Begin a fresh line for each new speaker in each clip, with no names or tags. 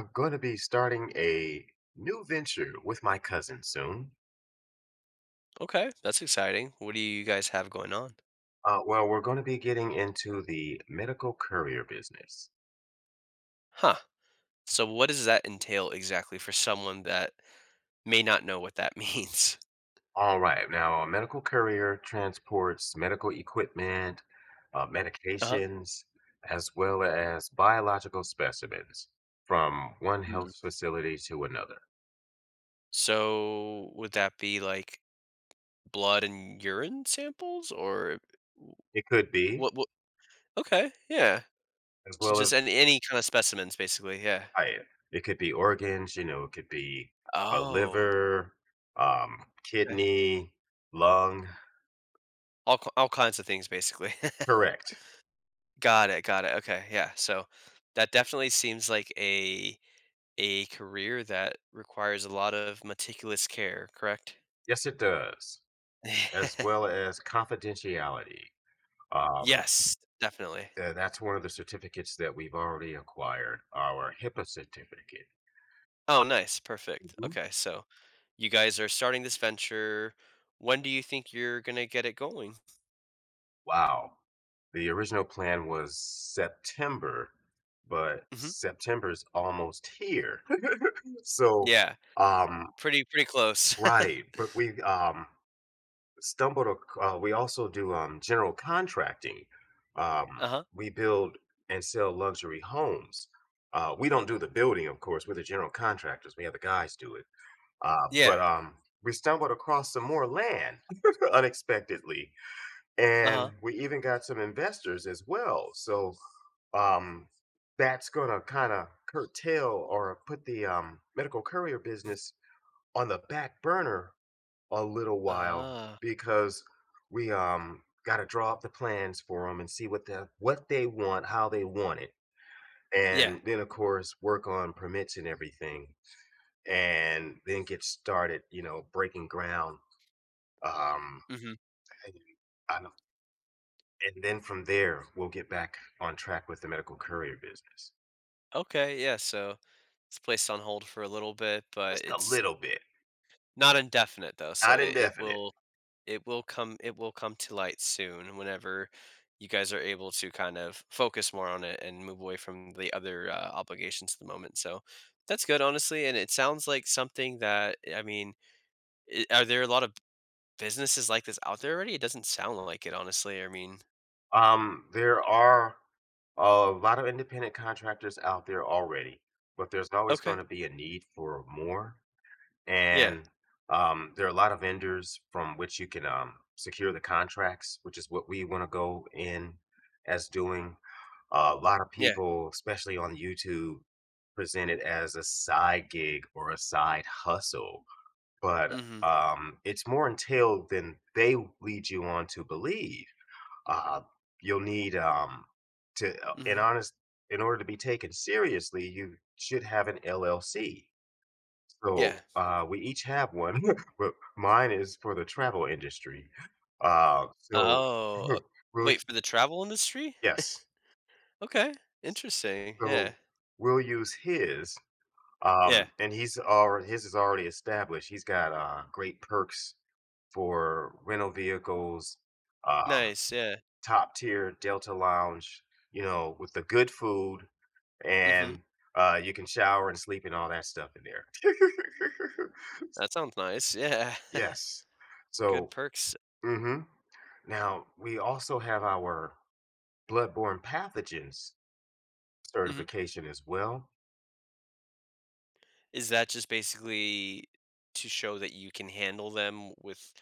I'm going to be starting a new venture with my cousin soon.
Okay, that's exciting. What do you guys have going on?
Well, we're going to be getting into the medical courier business.
Huh. So what does that entail exactly for someone that may not know what that means?
All right. Now, a medical courier transports medical equipment,
Uh-huh.
medications, as well as biological specimens from one
Mm.
health facility to another.
So would that be like blood and urine samples or w-
It could be,
what? Okay, yeah.
as
So
well
just
as
any kind of specimens basically, yeah.
diet. It could be organs, it could be a
Oh,
liver, um,
okay.
kidney, lung.
All kinds of things basically.
Correct.
Got it, got it. Okay, yeah. So that definitely seems like a career that requires a lot of meticulous care, correct?
Yes, it does, as well as confidentiality. Um,
Yes, definitely.
and that's one of the certificates that we've already acquired, our HIPAA certificate.
Oh, nice, perfect.
Mhm.
Okay, so you guys are starting this venture. When do you think you're gonna get it going?
Wow. The original plan was September, but
Mhm.
September's almost here. So,
Yeah,
um,
pretty close.
right, but we stumbled. We also do general contracting. Um,
Uh-huh.
we build and sell luxury homes. We don't do the
Mhm.
building, of course. We're the general contractors. We have the guys do it. But
Yeah.
we stumbled across some more land unexpectedly,
Uh-huh.
and we even got some investors as well. So um, that's going to kind of curtail or put the medical courier business on the back burner a little while
Ah.
because we got to draw up the plans for them and see what they want, how they want it,
Yeah.
and then of course work on permits and everything, and then get started. Breaking ground. Um,
Mhm.
and, I know- and then from there we'll get back on track with the medical courier business.
Okay, yeah, so it's placed on hold for a little bit, but
Just a
it's
little bit,
not indefinite though, so
not indefinite.
it will come to light soon whenever you guys are able to kind of focus more on it and move away from the other obligations at the moment, so that's good honestly. And it sounds like something that, I mean, are there a lot of businesses like this out there already? It doesn't sound like it honestly, I mean.
There are a lot of independent contractors out there already, but there's always
Okay.
going to be a need for more.
Yeah,
And there are a lot of vendors from which you can secure the contracts, which is what we want to go in as doing. A lot of
yeah.
people, especially on YouTube, present it as a side gig or a side hustle, but
Mm-hmm.
it's more entailed than they lead you on to believe. uh, you'll need to, in
Mm-hmm.
honest, in order to be taken seriously, you should have an LLC.
Yeah.
So we each have one, but mine is for the travel industry. So
Oh,
we'll,
wait, for the travel industry?
yes,
Okay, interesting. Yeah.
so we'll use his,
Yeah,
and he's already his is already established. He's got great perks for rental vehicles, um,
nice. Yeah.
top tier Delta Lounge, with the good food
Mm-hmm.
and you can shower and sleep and all that stuff in there.
That sounds nice, yeah.
Yes.
Good
So
perks.
hmm now we also have our bloodborne pathogens
Mhm.
certification as well.
Is that just basically to show that you can handle them with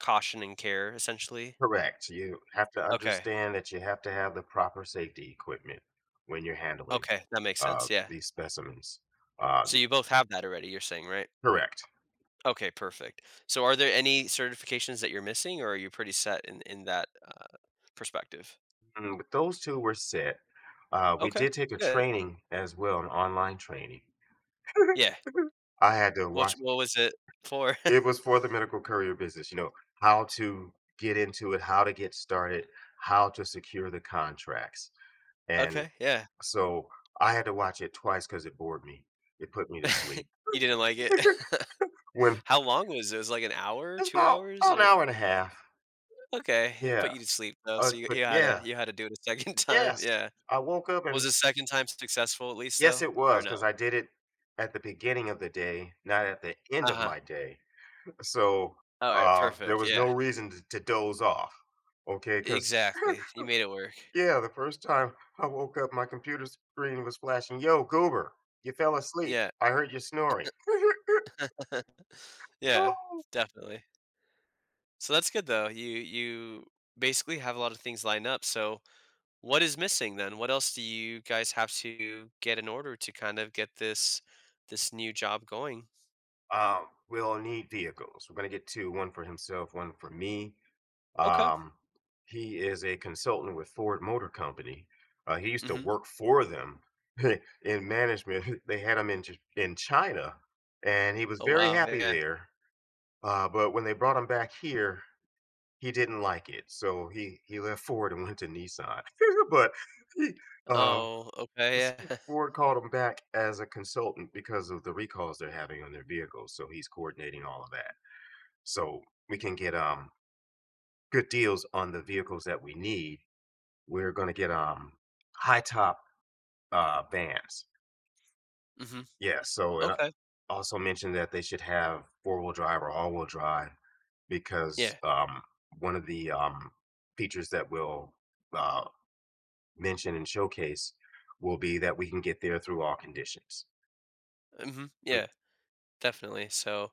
caution and care, essentially?
Correct. You have to
Okay.
understand that you have to have the proper safety equipment when you're handling
Okay, that makes
uh,
sense, yeah.
these specimens. Uh,
So
you-
you both have that already, you're saying, right?
Correct.
Okay, perfect. So are there any certifications that you're missing, or are you pretty set in that, perspective?
But those two were set. We
Okay,
did take a
good.
training as well, an online training.
Yeah.
I had to
Which
watch.
What was it for?
It was for the medical courier business, how to get into it, how to get started, how to secure the contracts. And
Okay, yeah.
so I had to watch it twice because it bored me. It put me to sleep.
You didn't like it?
when
How long was it? It was it like an hour,
It's
2
about,
hours,
about an
or.
hour and a half.
Okay, it put
Yeah.
you to sleep though, so you
But
you had to
yeah,
you had to do it a second time,
yes.
yeah.
I woke up
Was
and
the second time successful at least though,
yes, it
or
was
no?
because I did it at the beginning of the day, not at the end of
Uh-huh.
my day. So
Alright,
there
perfect,
was
yeah.
no reason to doze off. Okay. Because,
Exactly, you made it work.
yeah, the first time I woke up, my computer screen was flashing, "Yo, Goober, you fell asleep.
Yeah.
I heard you snoring."
Yeah,
Oh,
definitely. So that's good though, you basically have a lot of things lined up, so what is missing then? What else do you guys have to get in order to kind of get this new job going?
we'll need vehicles. We're gonna get two, one for himself, one for me.
Okay.
Um, he is a consultant with Ford Motor Company. He used to
Mhm.
work for them in management. They had him in in China, and he was
Oh,
very
wow,
happy
yeah.
there. But when they brought him back here, he didn't like it, so he left Ford and went to Nissan. But he, uh,
Oh,
s-
okay, yeah.
Ford called him back as a consultant because of the recalls they're having on their vehicles, so he's coordinating all of that. So we can get good deals on the vehicles that we need. We're gonna get high top vans.
Mhm.
Yeah, so, and I
Okay.
also mentioned that they should have four-wheel drive or all wheel drive because
Yeah.
one of the features that will uh mention and showcase will be that we can get there through all conditions.
Mhm.
Mm,
Yeah, definitely. So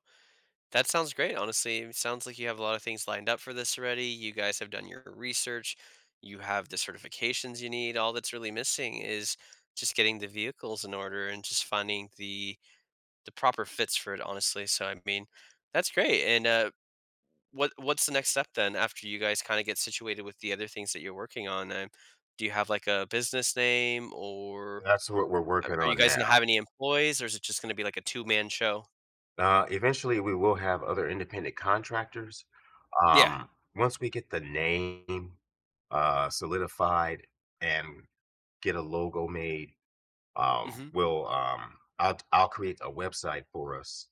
that sounds great, honestly. It sounds like you have a lot of things lined up for this already. You guys have done your research. You have the certifications you need. All that's really missing is just getting the vehicles in order and just finding the proper fits for it, honestly. So I mean, that's great. And what's the next step then after you guys kind of get situated with the other things that you're working on? Do you have like a business name, or
That's what we're
are
working
are you
on
guys gonna
now.
have any employees, or is it just gonna be like a two-man show?
Eventually, we will have other independent contractors.
Yeah.
Um, Once we get the name solidified and get a logo made,
Mhm.
we'll I'll create a website for us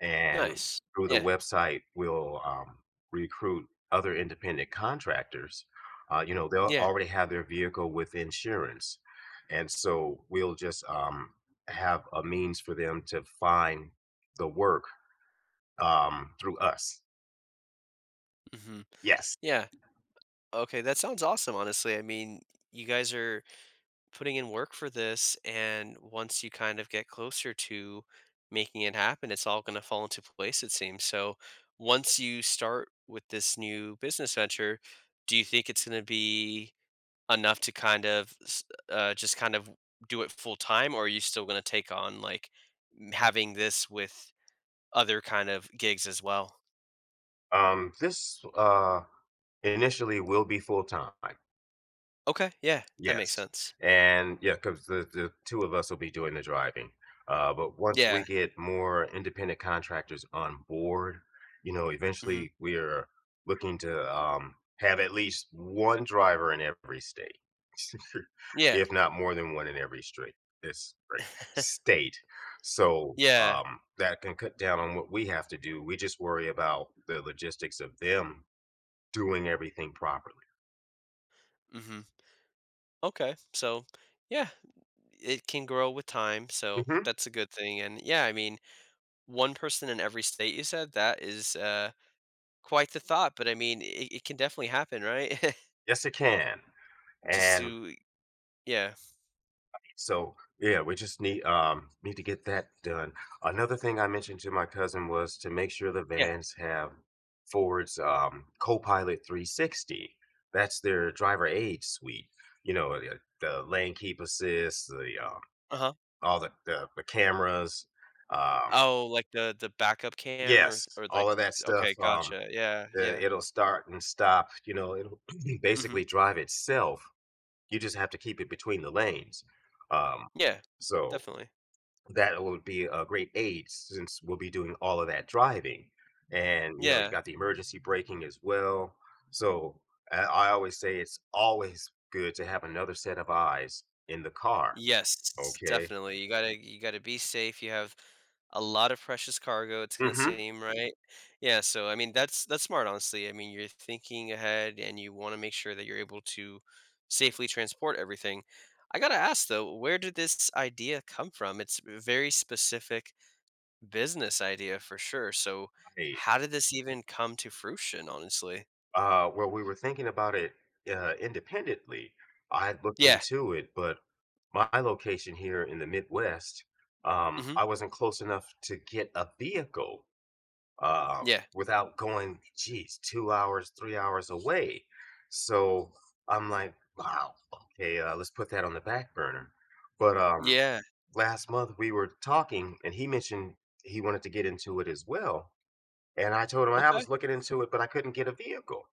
and
Nice.
through the
Yeah.
website, we'll recruit other independent contractors. They'll
Yeah.
already have their vehicle with insurance, and so we'll just have a means for them to find the work through us.
Mhm.
Yes,
Yeah. Okay, that sounds awesome, honestly. I mean, you guys are putting in work for this, and once you kind of get closer to making it happen, it's all gonna fall into place, it seems. So, once you start with this new business venture, do you think it's gonna be enough to kind of s just kind of do it full time, or are you still gonna take on, like, m having this with other kind of gigs as well?
this initially will be full time.
Okay, yeah, that
Yes,
makes sense.
and yeah, because the two of us will be doing the driving, but once we
Yeah,
get more independent contractors on board,
mhm.
eventually we are looking to, have at least one driver in every state,
Yeah,
if not more than one in every straight this great state, so,
yeah,
that can cut down on what we have to do, we just worry about the logistics of them doing everything properly.
mhm. Okay, so, yeah, it can grow with time, so
Mhm,
that's a good thing. And, yeah, I mean, one person in every state, you said? That is, quite the thought, but, I mean, it can definitely happen, right?
yes, it can,
Just
and
to. Yeah,
so yeah, we just need to get that done. Another thing I mentioned to my cousin was to make sure the
yeah,
vans have Ford's Copilot 360. That's their driver aid suite. The lane keep assist, the
uh-huh.
all the cameras. Um
Oh, like the backup cam
yes,
or, like,
all of that stuff.
okay, gotcha, yeah, yeah.
It'll start and stop, it'll
Mhm,
basically drive itself. You just have to keep it between the lanes. Um
yeah,
so
definitely.
that will be a great aid since we'll be doing all of that driving. And you
Yeah.
got the emergency braking as well. So I always say it's always good to have another set of eyes in the car.
Yes,
Okay.
definitely. You gotta be safe. You have a lot of precious cargo, it's gonna
Mm-hmm.
seem, right? Yeah, so I mean that's smart honestly. I mean, you're thinking ahead and you wanna make sure that you're able to safely transport everything. I gotta ask though, where did this idea come from? It's a very specific business idea for sure. So
Right.
how did this even come to fruition, honestly?
Well, we were thinking about it independently. I had looked
Yeah.
into it, but my location here in the Midwest,
Mhm.
I wasn't close enough to get a vehicle uh,
Yeah.
without going, geez, 2 hours, 3 hours away. So I'm like, wow, okay, let's put that on the back burner. But
Yeah.
last month we were talking, and he mentioned he wanted to get into it as well. And I told him I
Okay.
was looking into it, but I couldn't get a vehicle.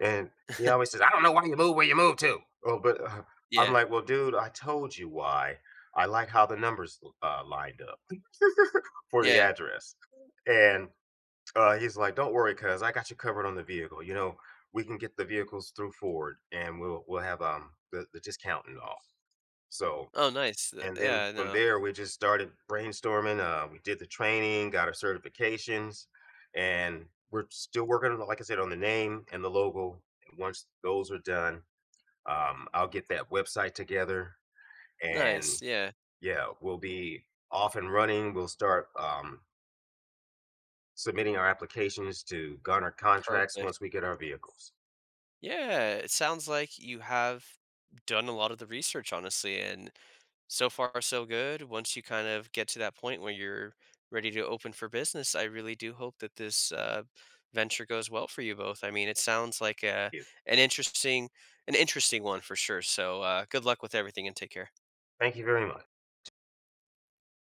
And he always says, I don't know why you move where you move to. Oh, but I'm
Yeah.
like, well, dude, I told you why. I like how the numbers lined up for the
Yeah.
address. And he's like, "Don't worry, cuz I got you covered on the vehicle. We can get the vehicles through Ford, and we'll have the discount and all." So,
Oh, nice.
and then
Yeah,
from
no.
there, we just started brainstorming. We did the training, got our certifications, and we're still working on, like I said, on the name and the logo. And once those are done, I'll get that website together, and
Nice, yeah.
yeah, we'll be off and running. We'll start submitting our applications to garner contracts
Perfect.
once we get our vehicles.
Yeah, it sounds like you have done a lot of the research, honestly, and so far so good. Once you kind of get to that point where you're ready to open for business, I really do hope that this venture goes well for you both. I mean, it sounds like
Thank you.
an interesting one for sure. So, good luck with everything and take care.
Thank you very much.